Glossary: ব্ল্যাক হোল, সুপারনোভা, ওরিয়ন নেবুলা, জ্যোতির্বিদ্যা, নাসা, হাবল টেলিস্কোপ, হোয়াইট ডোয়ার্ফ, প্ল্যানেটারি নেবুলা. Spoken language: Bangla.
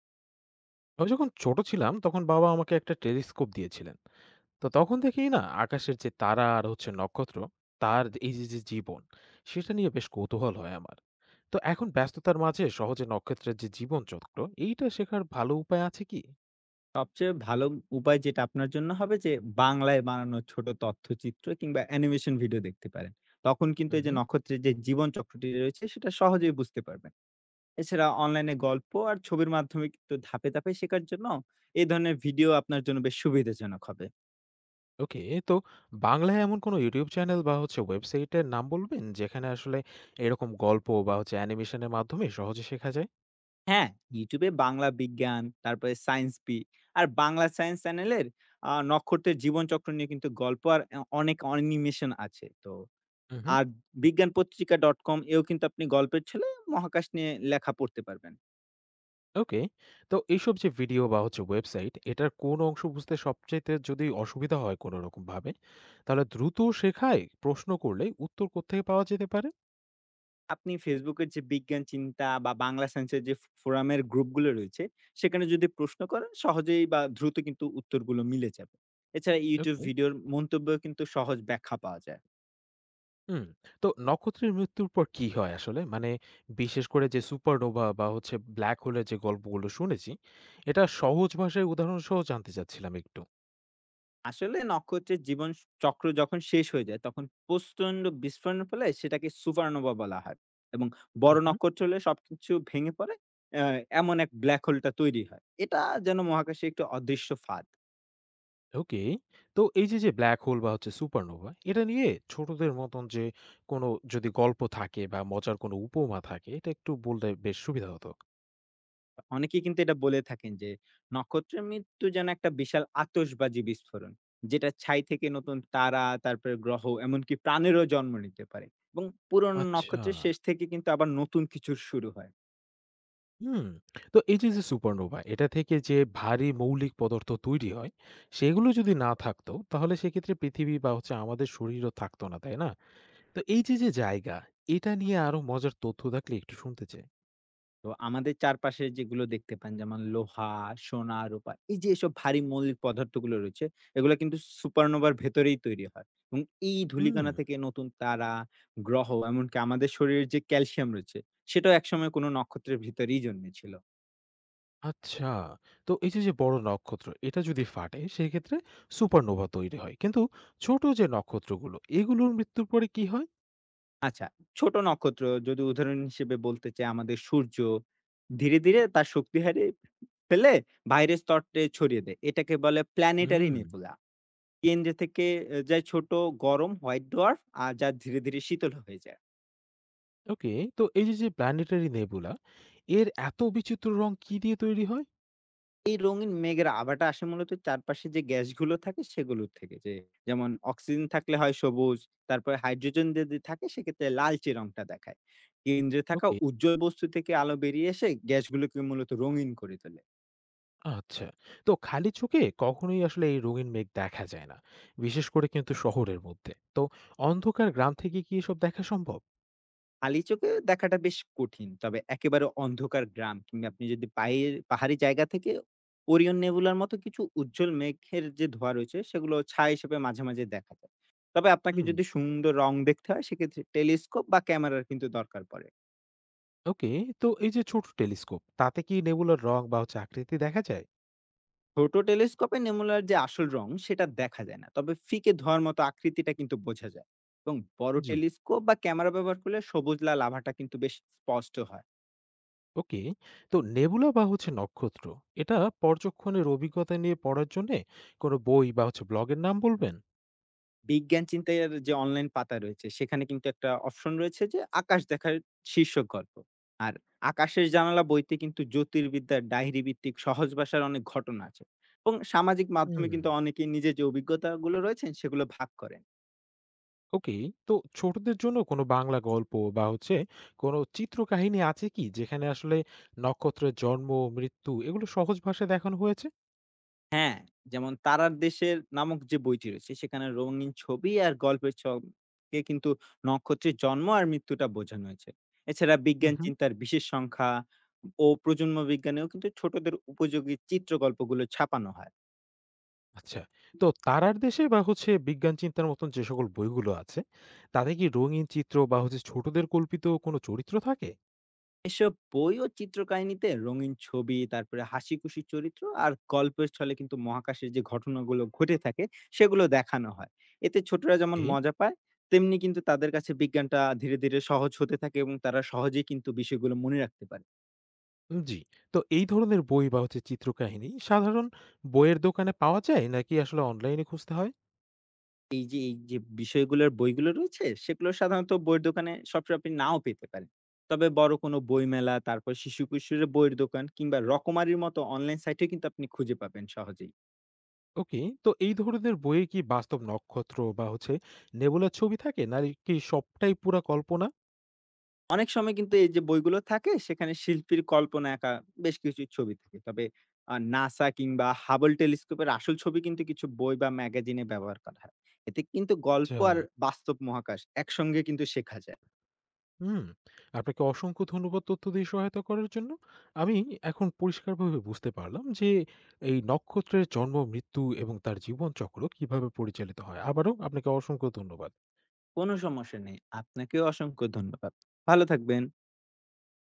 আমি যখন ছোট ছিলাম তখন বাবা আমাকে একটা টেলিস্কোপ দিয়েছিলেন। তো তখন থেকেই না আকাশের যে তারা আর হচ্ছে নক্ষত্র, তার যে জীবন সেটা নিয়ে বেশ কৌতূহল হয় আমার। তো এখন ব্যস্ততার মাঝে সহজে নক্ষত্রের যে জীবনচক্র এইটা শেখার ভালো উপায় আছে কি? সবচেয়ে ভালো উপায় যেটা আপনার জন্য হবে যে বাংলায় বানানো ছোট তথ্যচিত্র কিংবা অ্যানিমেশন ভিডিও দেখতে পারেন। তখন কিন্তু এই যে উহু, নক্ষত্রের যে জীবন চক্রটি রয়েছে সেটা সহজেই বুঝতে পারবেন। এছাড়া অনলাইনে গল্প আর ছবির মাধ্যমে কিন্তু ধাপে ধাপে শেখার জন্য এই ধরনের ভিডিও আপনার জন্য বেশ সুবিধাজনক হবে। ওকে। তো বাংলায় এমন কোনো YouTube চ্যানেল বা হচ্ছে ওয়েবসাইটের নাম বলবেন যেখানে আসলে এরকম গল্প বা হচ্ছে অ্যানিমেশনের মাধ্যমে সহজে শেখা যায়? হ্যাঁ, ইউটিউবে বাংলা বিজ্ঞান, তারপরে science P R Bangla science চ্যানেলের নক্ষত্রের জীবনচক্র নিয়ে কিন্তু গল্প আর অনেক অ্যানিমেশন আছে। তো উহু। আর বিজ্ঞানপত্রিকা.com এও কিন্তু আপনি গল্পের ছলে মহাকাশ নিয়ে লেখা পড়তে পারবেন। ওকে। তো এইসব যে ভিডিও বা হচ্ছে ওয়েবসাইট, এটার কোন অংশ বুঝতে সবচাইতে যদি অসুবিধা হয় কোনরকমভাবে, তাহলে দ্রুত শেখায় প্রশ্ন করলে উত্তর কোত্থেকে পাওয়া যেতে পারে? আপনি Facebook এর যে বিজ্ঞান চিন্তা বা বাংলা সায়েন্সের যে ফোরামের গ্রুপগুলো রয়েছে, সেখানে যদি প্রশ্ন করেন সহজেই বা দ্রুত কিন্তু উত্তরগুলো মিলে যাবে। এছাড়া YouTube ওকে। ভিডিওর মন্তব্যেও কিন্তু সহজ ব্যাখ্যা পাওয়া যায়। হুম। তো নক্ষত্রের মৃত্যুর পর কি হয় আসলে? মানে বিশেষ করে যে সুপারনোভা বা হচ্ছে ব্ল্যাক হোলের যে গল্পগুলো শুনেছি, এটা সহজ ভাষায় উদাহরণ সহ জানতে চাচ্ছিলাম একটু। আসলে নক্ষত্রের জীবন চক্র যখন শেষ হয়ে যায় তখন প্রচন্ড বিস্ফোরণের ফলে সেটাকে সুপারনোভা বলা হয়, এবং বড় নক্ষত্র হলে সবকিছু ভেঙে পড়ে। এমন এক ব্ল্যাক হোলটা তৈরি হয়, এটা যেন মহাকাশে একটু অদৃশ্য ফাঁদ। ওকে। তো যে ব্লাক হোল বা হচ্ছে সুপারনোভা, এটা নিয়ে ছোটদের মতন যে কোনো যদি গল্প থাকে বা মজার কোনো উপমা থাকে, এটা একটু বললে বেশ সুবিধা হতো। অনেকেই কিন্তু এটা বলে থাকেন যে নক্ষত্রের মৃত্যু যেন একটা বিশাল আতশবাজি বিস্ফোরণ, যেটা ছাই থেকে নতুন তারা, তারপরে গ্রহ, এমনকি প্রাণেরও জন্ম নিতে পারে, এবং পুরনো আচ্ছা। নক্ষত্রের শেষ থেকে কিন্তু আবার নতুন কিছুর শুরু হয়। হুম। তো যে সুপারনোভা, এটা থেকে যে ভারী মৌলিক পদার্থ তৈরি হয়, সেগুলো যদি না থাকতো, তাহলে সেক্ষেত্রে পৃথিবী বা হচ্ছে আমাদের শরীরও থাকতো না, তাই না? তো যে জায়গা, এটা নিয়ে আরো মজার তথ্য থাকলে একটু শুনতে চাই। তো আমাদের চারপাশে যেগুলো দেখতে পান, যেমন লোহা, সোনা, রূপা, এই যে এসব ভারী মৌলিক পদার্থগুলো রয়েছে, এগুলো কিন্তু সুপারনোভার ভেতরেই তৈরি হয়, এবং এই হুম। ধূলিকণা থেকে নতুন তারা, গ্রহ, এমনকি আমাদের শরীরের যে ক্যালসিয়াম রয়েছে সেটাও একসময় কোনো নক্ষত্রের ভিতরেই জন্মেছিল। আচ্ছা। তো যে বড় নক্ষত্র এটা যদি ফাটে সেক্ষেত্রে সুপারনোভা তৈরি হয়। কিন্তু ছোট যে নক্ষত্রগুলো এগুলোর মৃত্যুর পরে কি হয়? আচ্ছা, ছোট নক্ষত্র যদি উদাহরণ হিসেবে বলতে চাই, আমাদের সূর্য ধীরে, ধীরে তার শক্তি হারিয়ে ফেলে, বাইরের স্তরে ছড়িয়ে দেয়। এটাকে বলে প্ল্যানেটারি হুম। নেবুলা। কেন্দ্রে থেকে এ যায় ছোট গরম হোয়াইট ডোয়ার্ফ, আর যা ধীরে, ধীরে শীতল হয়ে যায়। ওকে। তো যে প্ল্যানেটারি নেবুলা এর এত বিচিত্র রং কি দিয়ে তৈরি হয়? এই রঙিন মেঘের আভাটা আসে মূলত চারপাশে যে গ্যাসগুলো থাকে সেগুলোর থেকে। যেমন অক্সিজেন থাকলে হয় সবুজ, তারপরে হাইড্রোজেন যদি থাকে সেক্ষেত্রে লালচে রংটা দেখায়। কেন্দ্রে থাকা ওকে। উজ্জ্বল বস্তু থেকে আলো বেরিয়ে এসে গ্যাসগুলোকে মূলত রঙিন করে তোলে। আচ্ছা। তো খালি চোখে কখনোই আসলে এই রঙিন মেঘ দেখা যায় না। বিশেষ করে কিন্তু শহরের মধ্যে। তো অন্ধকার গ্রাম থেকে কি এসব দেখা সম্ভব? খালি চোখে দেখাটা বেশ কঠিন। তবে একেবারে অন্ধকার গ্রাম কিংবা আপনি যদি পায়ের পাহাড়ি জায়গা থেকে ওরিয়ন নেবুলার মতো কিছু উজ্জ্বল মেঘের যে ধোঁয়া রয়েছে, সেগুলো ছায়া হিসেবে মাঝে, মাঝে দেখা যায়। তবে আপনাকে হুম। যদি সুন্দর রং দেখতে হয় সেক্ষেত্রে টেলিস্কোপ বা ক্যামেরার কিন্তু দরকার পড়ে। ওকে। তো এই যে ছোট টেলিস্কোপ তাতে কি নেবুলার রং বা হচ্ছে আকৃতি দেখা যায়? ছোট টেলিস্কোপে নেমুলার যে আসল রং সেটা দেখা যায় না। তবে ফিকে ধোঁয়ার মতো আকৃতিটা কিন্তু বোঝা যায়, এবং বড় জি। টেলিস্কোপ বা ক্যামেরা ব্যবহার করলে সবুজ লাল আভাটা কিন্তু বেশ স্পষ্ট হয়। ওকে। তো নেবুলা বা হচ্ছে নক্ষত্র এটা পর্যক্ষণের অভিজ্ঞতা নিয়ে পড়ার জন্য কোনো বই বা হচ্ছে ব্লগের নাম বলবেন। বিজ্ঞান চিন্তায়ের যে অনলাইন পাতা রয়েছে, সেখানে কিন্তু একটা অপশন রয়েছে যে আকাশ দেখার শীর্ষক গল্প। আর আকাশের জানালা বইতে কিন্তু জ্যোতির্বিদ্যার ডায়েরি ভিত্তিক সহজ ভাষার অনেক ঘটনা আছে। এবং সামাজিক মাধ্যমে হুম। কিন্তু অনেকেই নিজের যে অভিজ্ঞতাগুলো রয়েছেন সেগুলো ভাগ করেন। ওকে। তো ছোটদের জন্য কোনো বাংলা গল্প বা হচ্ছে কোনো চিত্রকাহিনী আছে কি যেখানে আসলে নক্ষত্রের জন্ম, মৃত্যু এগুলো সহজ ভাষায় দেখানো হয়েছে? হ্যাঁ, যেমন 'তারার দেশের' নামক যে বইটি রয়েছে সেখানে রঙিন ছবি আর গল্পের ছকে কিন্তু নক্ষত্রের জন্ম আর মৃত্যুটা বোঝানো হয়েছে। এছাড়া উম বিজ্ঞান হুম। চিন্তার বিশেষ সংখ্যা ও প্রজন্ম বিজ্ঞানেও কিন্তু ছোটদের উপযোগী চিত্রকল্পগুলো ছাপানো হয়। আচ্ছা। তো তারার দেশে বা হচ্ছে বিজ্ঞান চিন্তার মতন যে সকল বইগুলো আছে তাতে কি রঙিন চিত্র বা হচ্ছে ছোটদের কল্পিত কোনো চরিত্র থাকে? এসব বই ও চিত্রকাহিনীতে রঙিন ছবি, তারপরে হাসিখুশি চরিত্র আর গল্পের ছলে কিন্তু মহাকাশের যে ঘটনাগুলো ঘটে থাকে সেগুলো দেখানো হয়। এতে ছোটরা যেমন মজা পায়, তেমনি কিন্তু তাদের কাছে বিজ্ঞানটা ধীরে, ধীরে সহজ হতে থাকে, এবং তারা সহজেই কিন্তু বিষয়গুলো মনে রাখতে পারে। উম জি। তো এই ধরনের বই বা হচ্ছে চিত্রকাহিনী সাধারণ বইয়ের দোকানে পাওয়া যায় নাকি আসলে অনলাইনে খুঁজতে হয়? এই যে বিষয়গুলোর বইগুলো রয়েছে সেগুলো সাধারণত বইয়ের দোকানে সবসময় আপনি নাও পেতে পারেন। তবে বড় কোনো বইমেলা, তারপর শিশু কিশোরের বইয়ের দোকান কিংবা রকমারির মতো অনলাইন সাইটেও কিন্তু আপনি খুঁজে পাবেন সহজেই। ওকে। তো এই ধরনের বইয়ে কি বাস্তব নক্ষত্র বা হচ্ছে নেবুলার ছবি থাকে নাকি সবটাই পুরা কল্পনা? অনেক সময় কিন্তু এই যে বইগুলো থাকে সেখানে শিল্পীর কল্পনা একা বেশ কিছু ছবি থাকে। তবে নাসা কিংবা হাবল টেলিস্কোপের আসল ছবি কিন্তু কিছু বই বা ম্যাগাজিনে ব্যবহার করা হয়। এতে কিন্তু গল্প আচ্ছা। আর বাস্তব মহাকাশ একসঙ্গে কিন্তু শেখা যায়। হুম। আপনাকে অসংখ্য ধন্যবাদ তথ্য দিয়ে সহায়তা করার জন্য। আমি এখন পরিষ্কারভাবে বুঝতে পারলাম যে এই নক্ষত্রের জন্ম, মৃত্যু এবং তার জীবনচক্র কিভাবে পরিচালিত হয়। আবারও আপনাকে অসংখ্য ধন্যবাদ। কোনো সমস্যা নেই। আপনাকেও অসংখ্য ধন্যবাদ। ভালো থাকবেন।